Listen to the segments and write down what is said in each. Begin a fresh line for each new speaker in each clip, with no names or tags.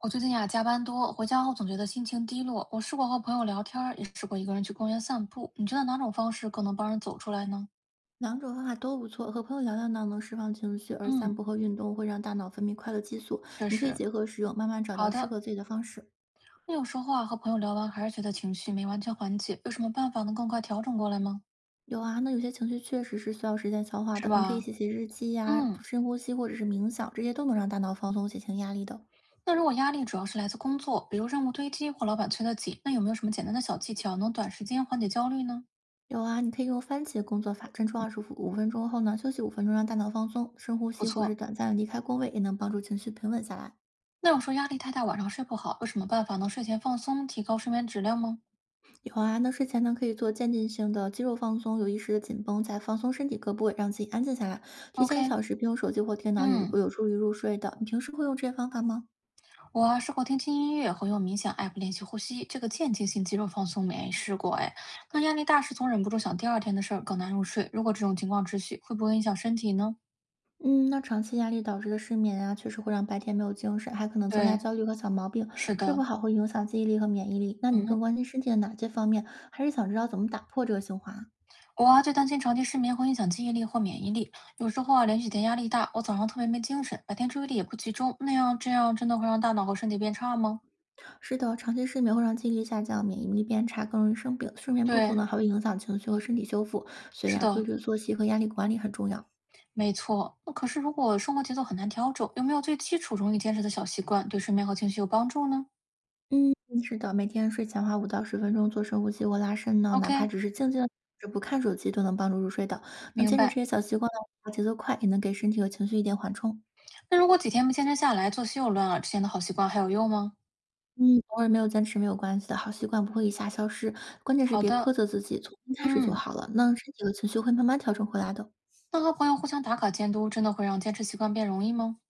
我最近呀、加班多，回家后总觉得心情低落。我试过和朋友聊天儿，也试过一个人去公园散步。你觉得哪种方式更能帮人走出来呢？
两种方法都不错，和朋友聊聊呢能释放情绪，而散
嗯，
步和运动会让大脑分泌快乐激素，
确
你可以
实，
结合使用，慢慢找
好
到适
的。
合自己的方式。
那有时候啊，和朋友聊完还是觉得情绪没完全缓解，有什么办法能更快调整过来吗？
有啊，那有些情绪确实是需要时间消化
是
的，你可以
吧？
写写日记呀、
嗯，
深呼吸或者是冥想，这些都能让大脑放松、减轻压力的。
那如果压力主要是来自工作，比如任务堆积或老板催得紧，那有没有什么简单的小技巧能短时间缓解焦虑呢？
有啊，你可以用番茄工作法，专注25分钟后呢，休息五分钟，让大脑放松，深呼
不
吸或是
错。
短暂的离开工位，也能帮助情绪平稳下来。
那有时候压力太大，晚上睡不好，有什么办法能睡前放松，提高睡眠质量吗
有啊，那睡前呢可以做渐进性的肌肉放松，有意识的紧绷，再放松身体各部位，让自己安静下来。提前一
？OK，
小时不用手机或电脑，也
嗯，
有助于入睡的。你平时会用这些方法吗？
我啊试过听轻音乐和用冥想 app 练习呼吸，这个间歇性肌肉放松没试过哎。那压力大时总忍不住想第二天的事儿，更难入睡。如果这种情况持续，会不会影响身体呢？
嗯，那长期压力导致的失眠啊，确实会让白天没有精神，还可能增加
对，
焦虑和小毛病。
是
睡
的，
不好会影响记忆力和免疫力。那
嗯
你
哼，
更关心身体的哪些方面？还是想知道怎么打破这个循环啊？
我啊最担心长期失眠会影响记忆力或免疫力。有时候啊连续几天压力大，我早上特别没精神，白天注意力也不集中，那样这样真的会让大脑和身体变差吗？
是的，长期失眠会让记忆力下降，免疫力变差，更容易生病。睡眠不足
对，
呢，还会影响情绪和身体修复。所以
是
啊，规
的，
律作息和压力管理很重要。
没错。那可是如果生活节奏很难调整，有没有最基础容易坚持的小习惯，对睡眠和情绪有帮助呢
嗯，是的，每天睡前花5到10分钟做深呼吸或拉伸呢，哪怕
？OK，
只是静静的只不看手机，都能帮助入睡的。那
明
坚持这
白。
些小习惯呢，节奏快，也能给身体和情绪一点缓冲。
那如果几天不坚持下来，作息又乱了，之前的好习惯还有用吗？
嗯，偶尔没有坚持没有关系的，好习惯不会一下消失，关键是
好
别
的，
苛责自己，从新开始就
嗯，
好了。那身体和情绪会慢慢调整回来的。
那和朋友互相打卡监督，真的会让坚持习惯变容易吗？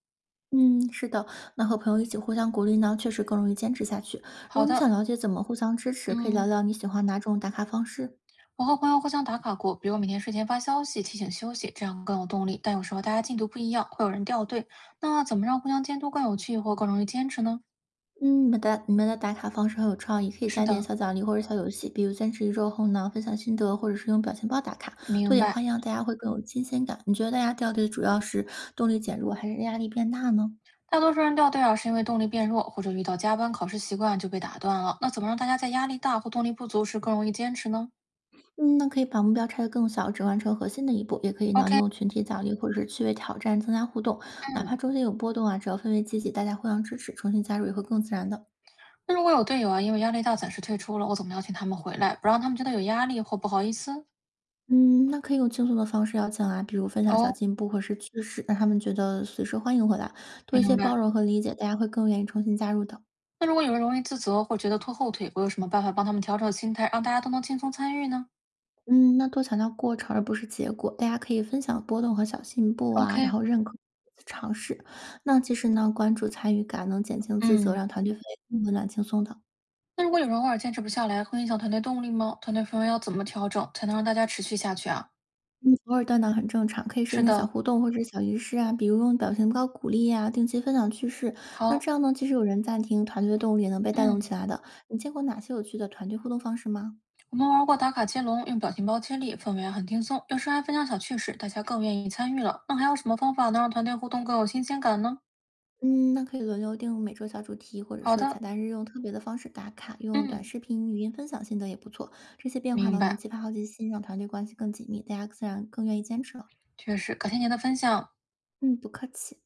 嗯，是的，那和朋友一起互相鼓励呢，确实更容易坚持下去。如
好
果你
的，
想了解怎么互相支持，可以聊
嗯，
聊你喜欢哪种打卡方式。
我和朋友互相打卡过，比如每天睡前发消息提醒休息，这样更有动力。但有时候大家进度不一样，会有人掉队。那怎么让互相监督更有趣或更容易坚持呢？
嗯，你们的打卡方式很有创意，可以
是
加点
的，
小奖励或者小游戏，比如坚持1周后呢，分享心得，或者是用表情包打卡，多
明
点
白。
花样，大家会更有新鲜感。你觉得大家掉队主要是动力减弱，还是压力变大呢？
大多数人掉队啊，是因为动力变弱，或者遇到加班、考试习惯就被打断了。那怎么让大家在压力大或动力不足时更容易坚持呢
嗯，那可以把目标拆得更小，只完成核心的一步，也可以呢
？OK，
用群体奖励或者是趣味挑战增加互动，哪怕
嗯。
中间有波动啊，只要氛围积极，大家互相支持，重新加入也会更自然的。
那如果有队友啊，因为压力大暂时退出了，我怎么邀请他们回来，不让他们觉得有压力或不好意思？
嗯，那可以用轻松的方式邀请啊，比如分享
哦，
小进步或是趣事，让他们觉得随时欢迎回来，多一
明
些包
白。
容和理解，大家会更愿意重新加入的。
那如果有人容易自责或觉得拖后腿，我有什么办法帮他们调整心态，让大家都能轻松参与呢
嗯，那多强调过程而不是结果，大家可以分享波动和小进步啊，然
？OK，
后认可尝试。那其实呢，关注参与感能减轻自责，
嗯，
让团队氛围更温暖轻松的。
那如果有人偶尔坚持不下来，会影响团队动力吗？团队氛围要怎么调整才能让大家持续下去啊？
嗯，偶尔断档很正常，可以设
是
定小
的，
互动或者小仪式啊，比如用表情包鼓励呀、定期分享趣事。那
好，
这样呢，即使有人暂停，团队的动力也能被带动
嗯，
起来的。你见过哪些有趣的团队互动方式吗？
我们玩过打卡接龙，用表情包接力，氛围啊很轻松，有时还分享小趣事，大家更愿意参与了。那还有什么方法能让团队互动更有新鲜感呢？
嗯，那可以轮流定每周小主题，或者
好
是彩
的，
蛋日用特别的方式打卡，用短
嗯。
视频、语音分享心得也不错。这些变化
明
呢，能
白，
激发好奇心，让团队关系更紧密，大家自然更愿意坚持了。
确实，感谢您的分享。
嗯，不客气。